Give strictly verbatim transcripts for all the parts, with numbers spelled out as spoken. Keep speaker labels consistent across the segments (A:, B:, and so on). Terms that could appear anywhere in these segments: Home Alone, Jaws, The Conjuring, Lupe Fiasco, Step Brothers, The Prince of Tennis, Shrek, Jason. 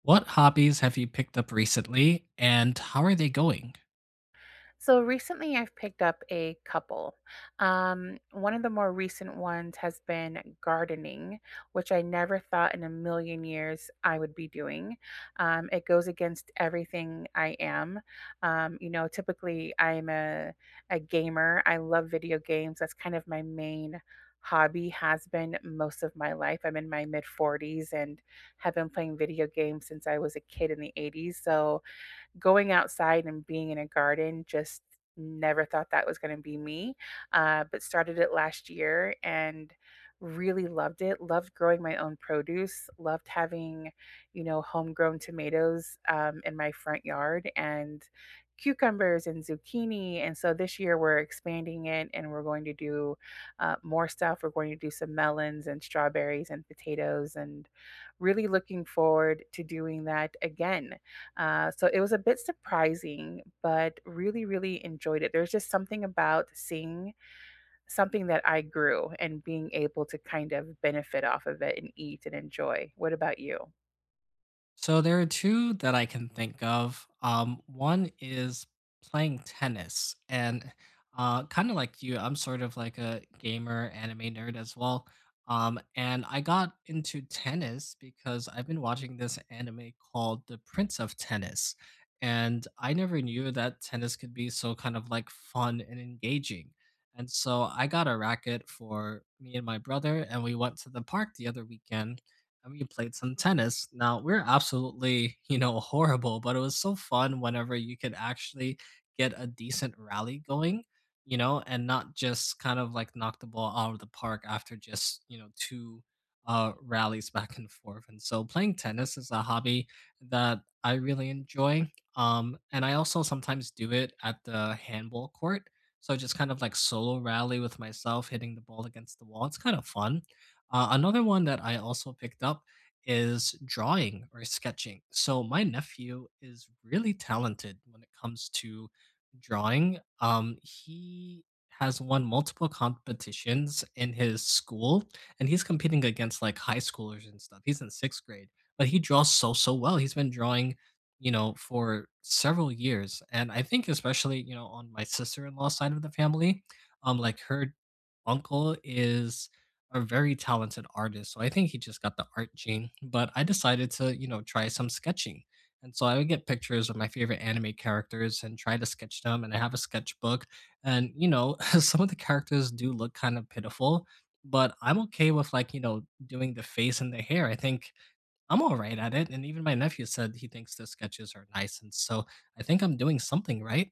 A: What hobbies have you picked up recently and how are they going?
B: So recently, I've picked up a couple. Um, one of the more recent ones has been gardening, which I never thought in a million years I would be doing. Um, it goes against everything I am. Um, you know, typically I'm a a gamer. I love video games. That's kind of my main hobby has been most of my life. I'm in my mid forties and have been playing video games since I was a kid in the eighties. So going outside and being in a garden just never thought that was going to be me, uh, but started it last year and really loved it. Loved growing my own produce, loved having, you know, homegrown tomatoes um, in my front yard and cucumbers and zucchini. And so this year we're expanding it and we're going to do uh, more stuff. We're going to do some melons and strawberries and potatoes and really looking forward to doing that again. Uh, so it was a bit surprising, but really, really enjoyed it. There's just something about seeing something that I grew and being able to kind of benefit off of it and eat and enjoy. What about you?
A: So there are two that I can think of. Um, one is playing tennis, and uh, kind of like you, I'm sort of like a gamer, anime nerd as well. Um, and I got into tennis because I've been watching this anime called The Prince of Tennis, and I never knew that tennis could be so kind of like fun and engaging. And so I got a racket for me and my brother, and we went to the park the other weekend and we played some tennis. Now we're absolutely, you know, horrible, but it was so fun whenever you could actually get a decent rally going, you know, and not just kind of like knock the ball out of the park after just, you know, two uh rallies back and forth. And so playing tennis is a hobby that I really enjoy. Um and I also sometimes do it at the handball court. So just kind of like solo rally with myself hitting the ball against the wall. It's kind of fun. Uh, another one that I also picked up is drawing or sketching. So my nephew is really talented when it comes to drawing. Um, he has won multiple competitions in his school, and he's competing against like high schoolers and stuff. He's in sixth grade, but he draws so so well. He's been drawing, you know, for several years, and I think especially you know on my sister in law side of the family, um, like her uncle is a very talented artist, so I think he just got the art gene, but I decided to, you know, try some sketching. And so I would get pictures of my favorite anime characters and try to sketch them, and I have a sketchbook. And, you know, some of the characters do look kind of pitiful, but I'm okay with like, you know, doing the face and the hair. I think I'm all right at it. And even my nephew said he thinks the sketches are nice. And so I think I'm doing something right.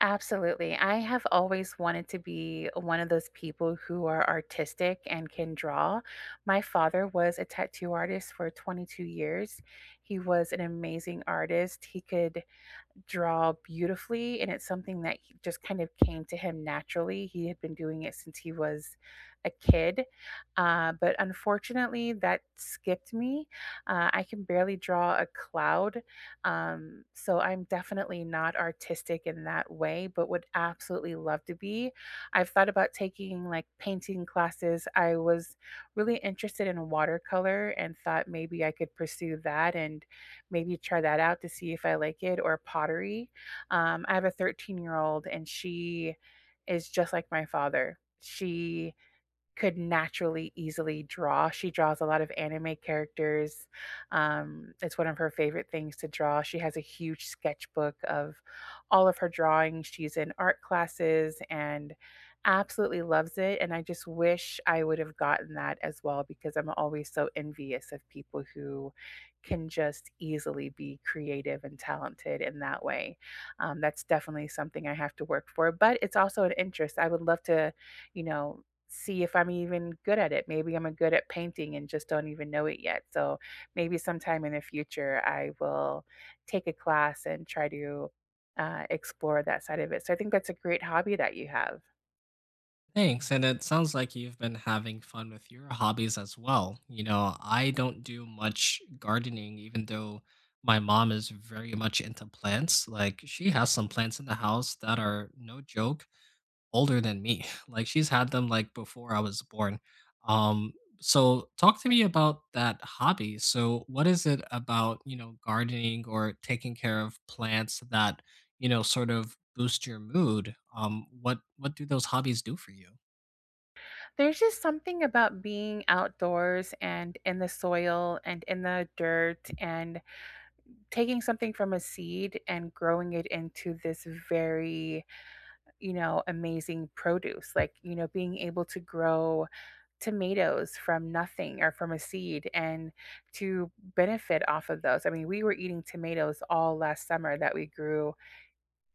B: Absolutely. I have always wanted to be one of those people who are artistic and can draw. My father was a tattoo artist for twenty-two years. He was an amazing artist. He could draw beautifully, and it's something that he just kind of came to him naturally. He had been doing it since he was a kid, uh, but unfortunately, that skipped me. Uh, I can barely draw a cloud, um, so I'm definitely not artistic in that way, but would absolutely love to be. I've thought about taking like painting classes. I was really interested in watercolor and thought maybe I could pursue that and maybe try that out to see if I like it or pottery. Um, I have a thirteen year old and she is just like my father. She could naturally easily draw. She draws a lot of anime characters. Um, it's one of her favorite things to draw. She has a huge sketchbook of all of her drawings. She's in art classes and absolutely loves it. And I just wish I would have gotten that as well because I'm always so envious of people who can just easily be creative and talented in that way. Um, that's definitely something I have to work for, but it's also an interest. I would love to, you know, see if I'm even good at it. Maybe I'm good at painting and just don't even know it yet. So maybe sometime in the future, I will take a class and try to uh, explore that side of it. So I think that's a great hobby that you have.
A: Thanks. And it sounds like you've been having fun with your hobbies as well. You know, I don't do much gardening, even though my mom is very much into plants. Like, she has some plants in the house that are no joke older than me. Like, she's had them like before I was born. Um, so talk to me about that hobby. So, what is it about, you know, gardening or taking care of plants that, you know, sort of boost your mood? Um, what what do those hobbies do for you?
B: There's just something about being outdoors and in the soil and in the dirt and taking something from a seed and growing it into this very, you know, amazing produce. Like, you know, being able to grow tomatoes from nothing or from a seed and to benefit off of those. I mean, we were eating tomatoes all last summer that we grew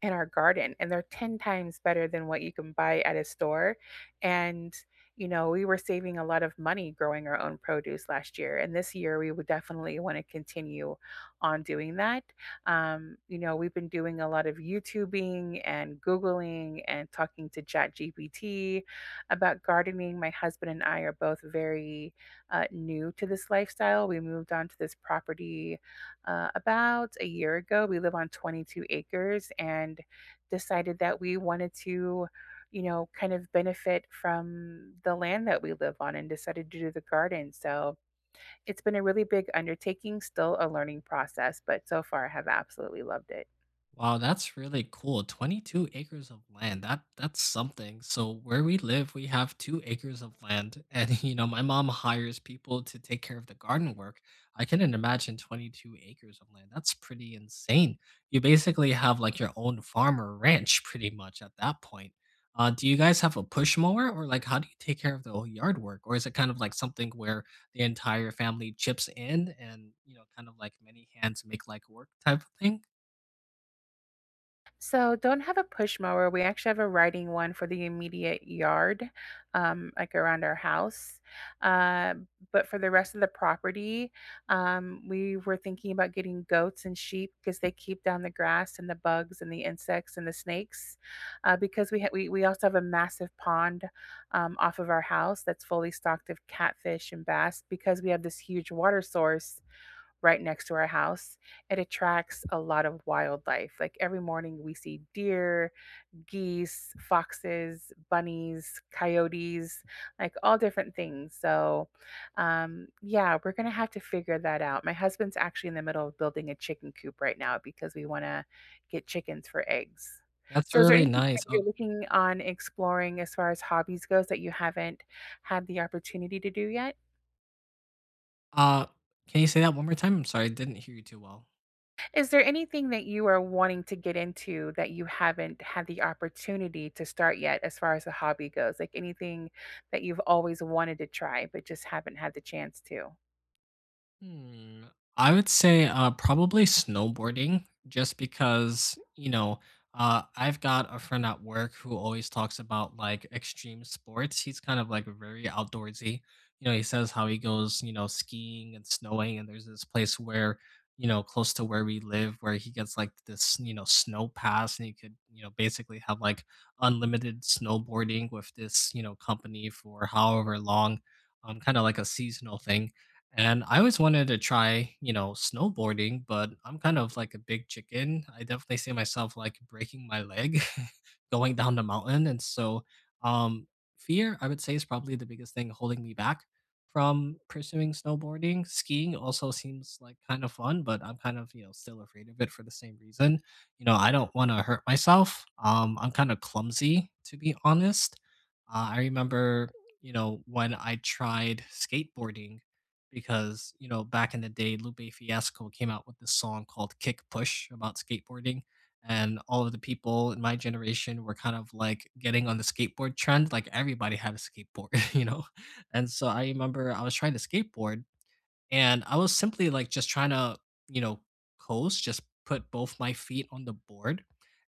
B: in our garden and they're ten times better than what you can buy at a store, and you know we were saving a lot of money growing our own produce last year, and this year we would definitely want to continue on doing that. Um, you know, we've been doing a lot of youtubing and googling and talking to ChatGPT about gardening. My husband and I are both very uh, new to this lifestyle. We moved onto this property uh, about a year ago. We live on twenty-two acres and decided that we wanted to, you know, kind of benefit from the land that we live on, and decided to do the garden. So it's been a really big undertaking, still a learning process, but so far I have absolutely loved it.
A: Wow, that's really cool. twenty-two acres of land. That that's something. So where we live, we have two acres of land and you know, my mom hires people to take care of the garden work. I couldn't imagine twenty-two acres of land. That's pretty insane. You basically have like your own farm or ranch pretty much at that point. Uh, do you guys have a push mower or like how do you take care of the whole yard work, or is it kind of like something where the entire family chips in and you know kind of like many hands make like work type of thing?
B: So don't have a push mower. We actually have a riding one for the immediate yard, um, like around our house. Uh, but for the rest of the property, um, we were thinking about getting goats and sheep because they keep down the grass and the bugs and the insects and the snakes. Uh, because we ha- we we also have a massive pond um, off of our house that's fully stocked of catfish and bass because we have this huge water source right next to our house. It attracts a lot of wildlife. Like every morning, we see deer, geese, foxes, bunnies, coyotes, like all different things. So, um, yeah, we're going to have to figure that out. My husband's actually in the middle of building a chicken coop right now because we want to get chickens for eggs.
A: That's
B: So, is there
A: really
B: anything
A: nice.
B: that
A: Oh,
B: you're looking on exploring as far as hobbies goes that you haven't had the opportunity to do yet?
A: uh, can you say that one more time? I'm sorry, I didn't hear you too well.
B: Is there anything that you are wanting to get into that you haven't had the opportunity to start yet as far as a hobby goes? Like anything that you've always wanted to try but just haven't had the chance to?
A: Hmm, I would say, uh, probably snowboarding just because, you know, uh, I've got a friend at work who always talks about, like, extreme sports. He's kind of, like, very outdoorsy. You know, he says how he goes, you know, skiing and snowing, and there's this place where, you know, close to where we live where he gets, like, this, you know, snow pass, and he could, you know, basically have, like, unlimited snowboarding with this, you know, company for however long, um, kinda like a seasonal thing. And I always wanted to try, you know, snowboarding, but I'm kind of like a big chicken. I definitely see myself like breaking my leg going down the mountain. And so, um, fear, I would say, is probably the biggest thing holding me back from pursuing snowboarding. Skiing also seems like kind of fun, but I'm kind of, you know, still afraid of it for the same reason. You know, I don't want to hurt myself. Um, I'm kind of clumsy, to be honest. Uh, I remember, you know, when I tried skateboarding because you know back in the day Lupe Fiasco came out with this song called Kick Push about skateboarding, and all of the people in my generation were kind of like getting on the skateboard trend, like everybody had a skateboard. You know, and so I remember I was trying to skateboard, and I was simply like just trying to, you know, coast, just put both my feet on the board.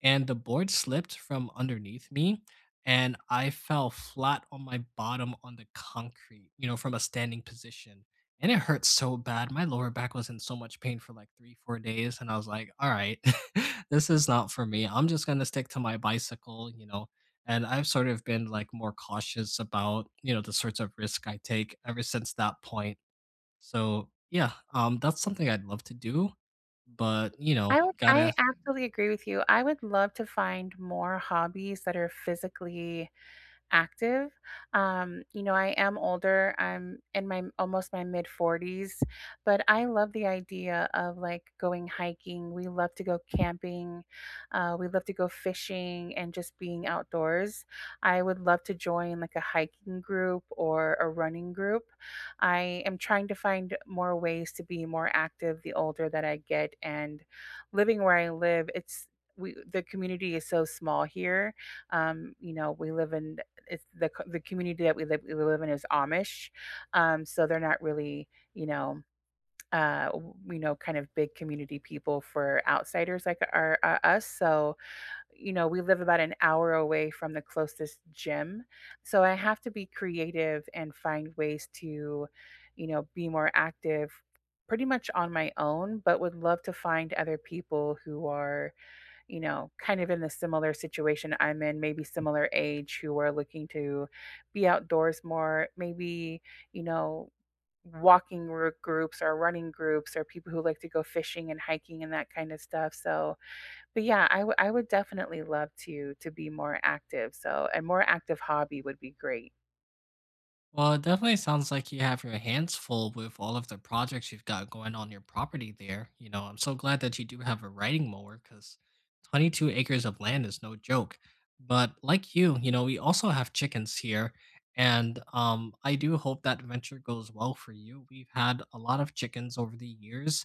A: And the board slipped from underneath me. And I fell flat on my bottom on the concrete, you know, from a standing position. And it hurt so bad. My lower back was in so much pain for like three, four days. And I was like, all right, this is not for me. I'm just going to stick to my bicycle, you know. And I've sort of been like more cautious about, you know, the sorts of risk I take ever since that point. So yeah, um, that's something I'd love to do, but you know,
B: I would
A: gotta.
B: I absolutely agree with you. I would love to find more hobbies that are physically active. Um, you know, I am older. I'm in my almost my mid forties, but I love the idea of like going hiking. We love to go camping. Uh, we love to go fishing and just being outdoors. I would love to join like a hiking group or a running group. I am trying to find more ways to be more active the older that I get, and living where I live, it's we the community is so small here. Um, you know, we live in it's the the community that we live we live in is Amish, um, so they're not really you know uh you know kind of big community people for outsiders like our uh, us. So you know we live about an hour away from the closest gym, so I have to be creative and find ways to, you know, be more active pretty much on my own, but would love to find other people who are, you know, kind of in the similar situation I'm in, maybe similar age, who are looking to be outdoors more, maybe, you know, walking gr- groups or running groups or people who like to go fishing and hiking and that kind of stuff. So, but yeah, I w- I would definitely love to to be more active. So, a more active hobby would be great.
A: Well, it definitely sounds like you have your hands full with all of the projects you've got going on your property there. You know, I'm so glad that you do have a riding mower because twenty-two acres of land is no joke. But like you, you know, we also have chickens here, and um, I do hope that venture goes well for you. We've had a lot of chickens over the years.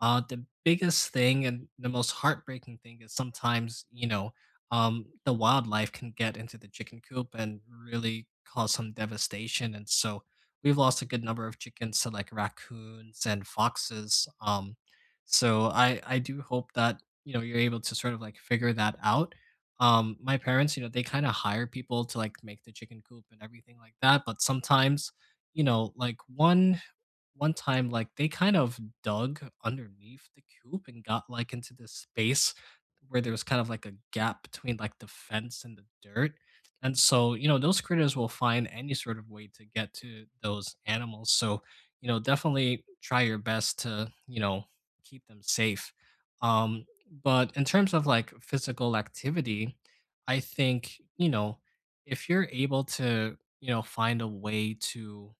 A: Uh, the biggest thing and the most heartbreaking thing is sometimes, you know, um, the wildlife can get into the chicken coop and really cause some devastation. And so we've lost a good number of chickens to like raccoons and foxes. Um, so I I do hope that you know you're able to sort of like figure that out. Um, my parents, you know, they kind of hire people to like make the chicken coop and everything like that. But sometimes, you know, like one one time, like they kind of dug underneath the coop and got like into this space where there was kind of like a gap between like the fence and the dirt. And so, you know, those critters will find any sort of way to get to those animals. So, you know, definitely try your best to, you know, keep them safe. Um, but in terms of like physical activity, I think, you know, if you're able to, you know, find a way to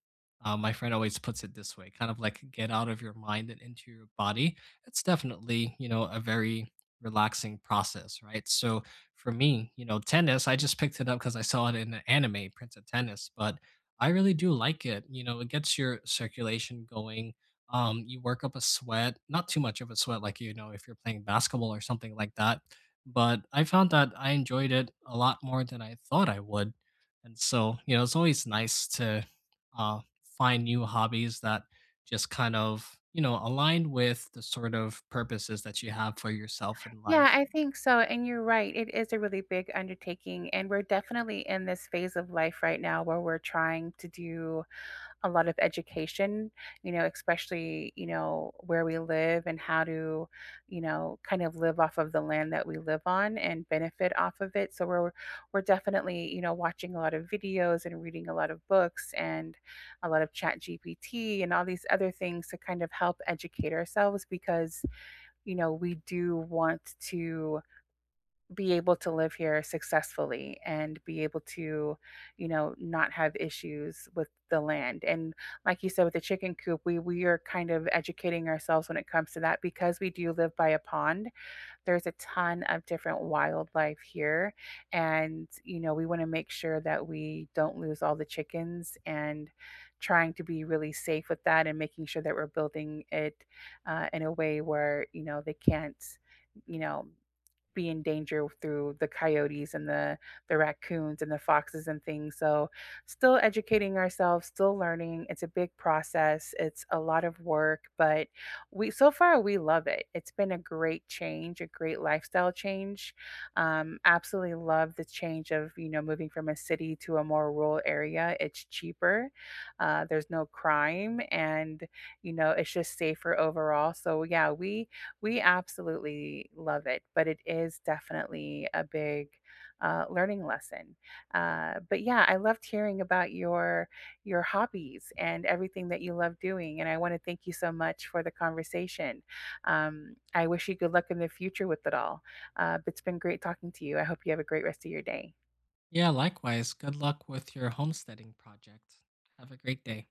A: uh, my friend always puts it this way, kind of like get out of your mind and into your body. It's definitely, you know, a very relaxing process, right? So for me, you know, tennis, I just picked it up because I saw it in an anime, Prince of Tennis, but I really do like it. You know, it gets your circulation going. Um, you work up a sweat, not too much of a sweat, like, you know, if you're playing basketball or something like that. But I found that I enjoyed it a lot more than I thought I would. And so, you know, it's always nice to uh, find new hobbies that just kind of, you know, align with the sort of purposes that you have for yourself in
B: Yeah,
A: life.
B: I think so. And you're right. It is a really big undertaking. And we're definitely in this phase of life right now where we're trying to do a lot of education, you know, especially, you know, where we live and how to, you know, kind of live off of the land that we live on and benefit off of it. So we're we're definitely, you know, watching a lot of videos and reading a lot of books and a lot of chat G P T and all these other things to kind of help educate ourselves because, you know, we do want to be able to live here successfully and be able to, you know, not have issues with the land. And like you said, with the chicken coop, we we are kind of educating ourselves when it comes to that because we do live by a pond. There's a ton of different wildlife here, and you know, we want to make sure that we don't lose all the chickens and trying to be really safe with that and making sure that we're building it uh, in a way where you know they can't, you know, be in danger through the coyotes and the the raccoons and the foxes and things. So still educating ourselves, still learning. It's a big process. It's a lot of work, but we so far we love it. It's been a great change, a great lifestyle change. Um, absolutely love the change of you know moving from a city to a more rural area. It's cheaper. Uh, there's no crime, and you know it's just safer overall. So yeah, we we absolutely love it, but it is definitely a big uh, learning lesson. Uh, but yeah, I loved hearing about your your hobbies and everything that you love doing, and I want to thank you so much for the conversation. Um, I wish you good luck in the future with it all. Uh, it's been great talking to you. I hope you have a great rest of your day.
A: Yeah, likewise. Good luck with your homesteading project. Have a great day.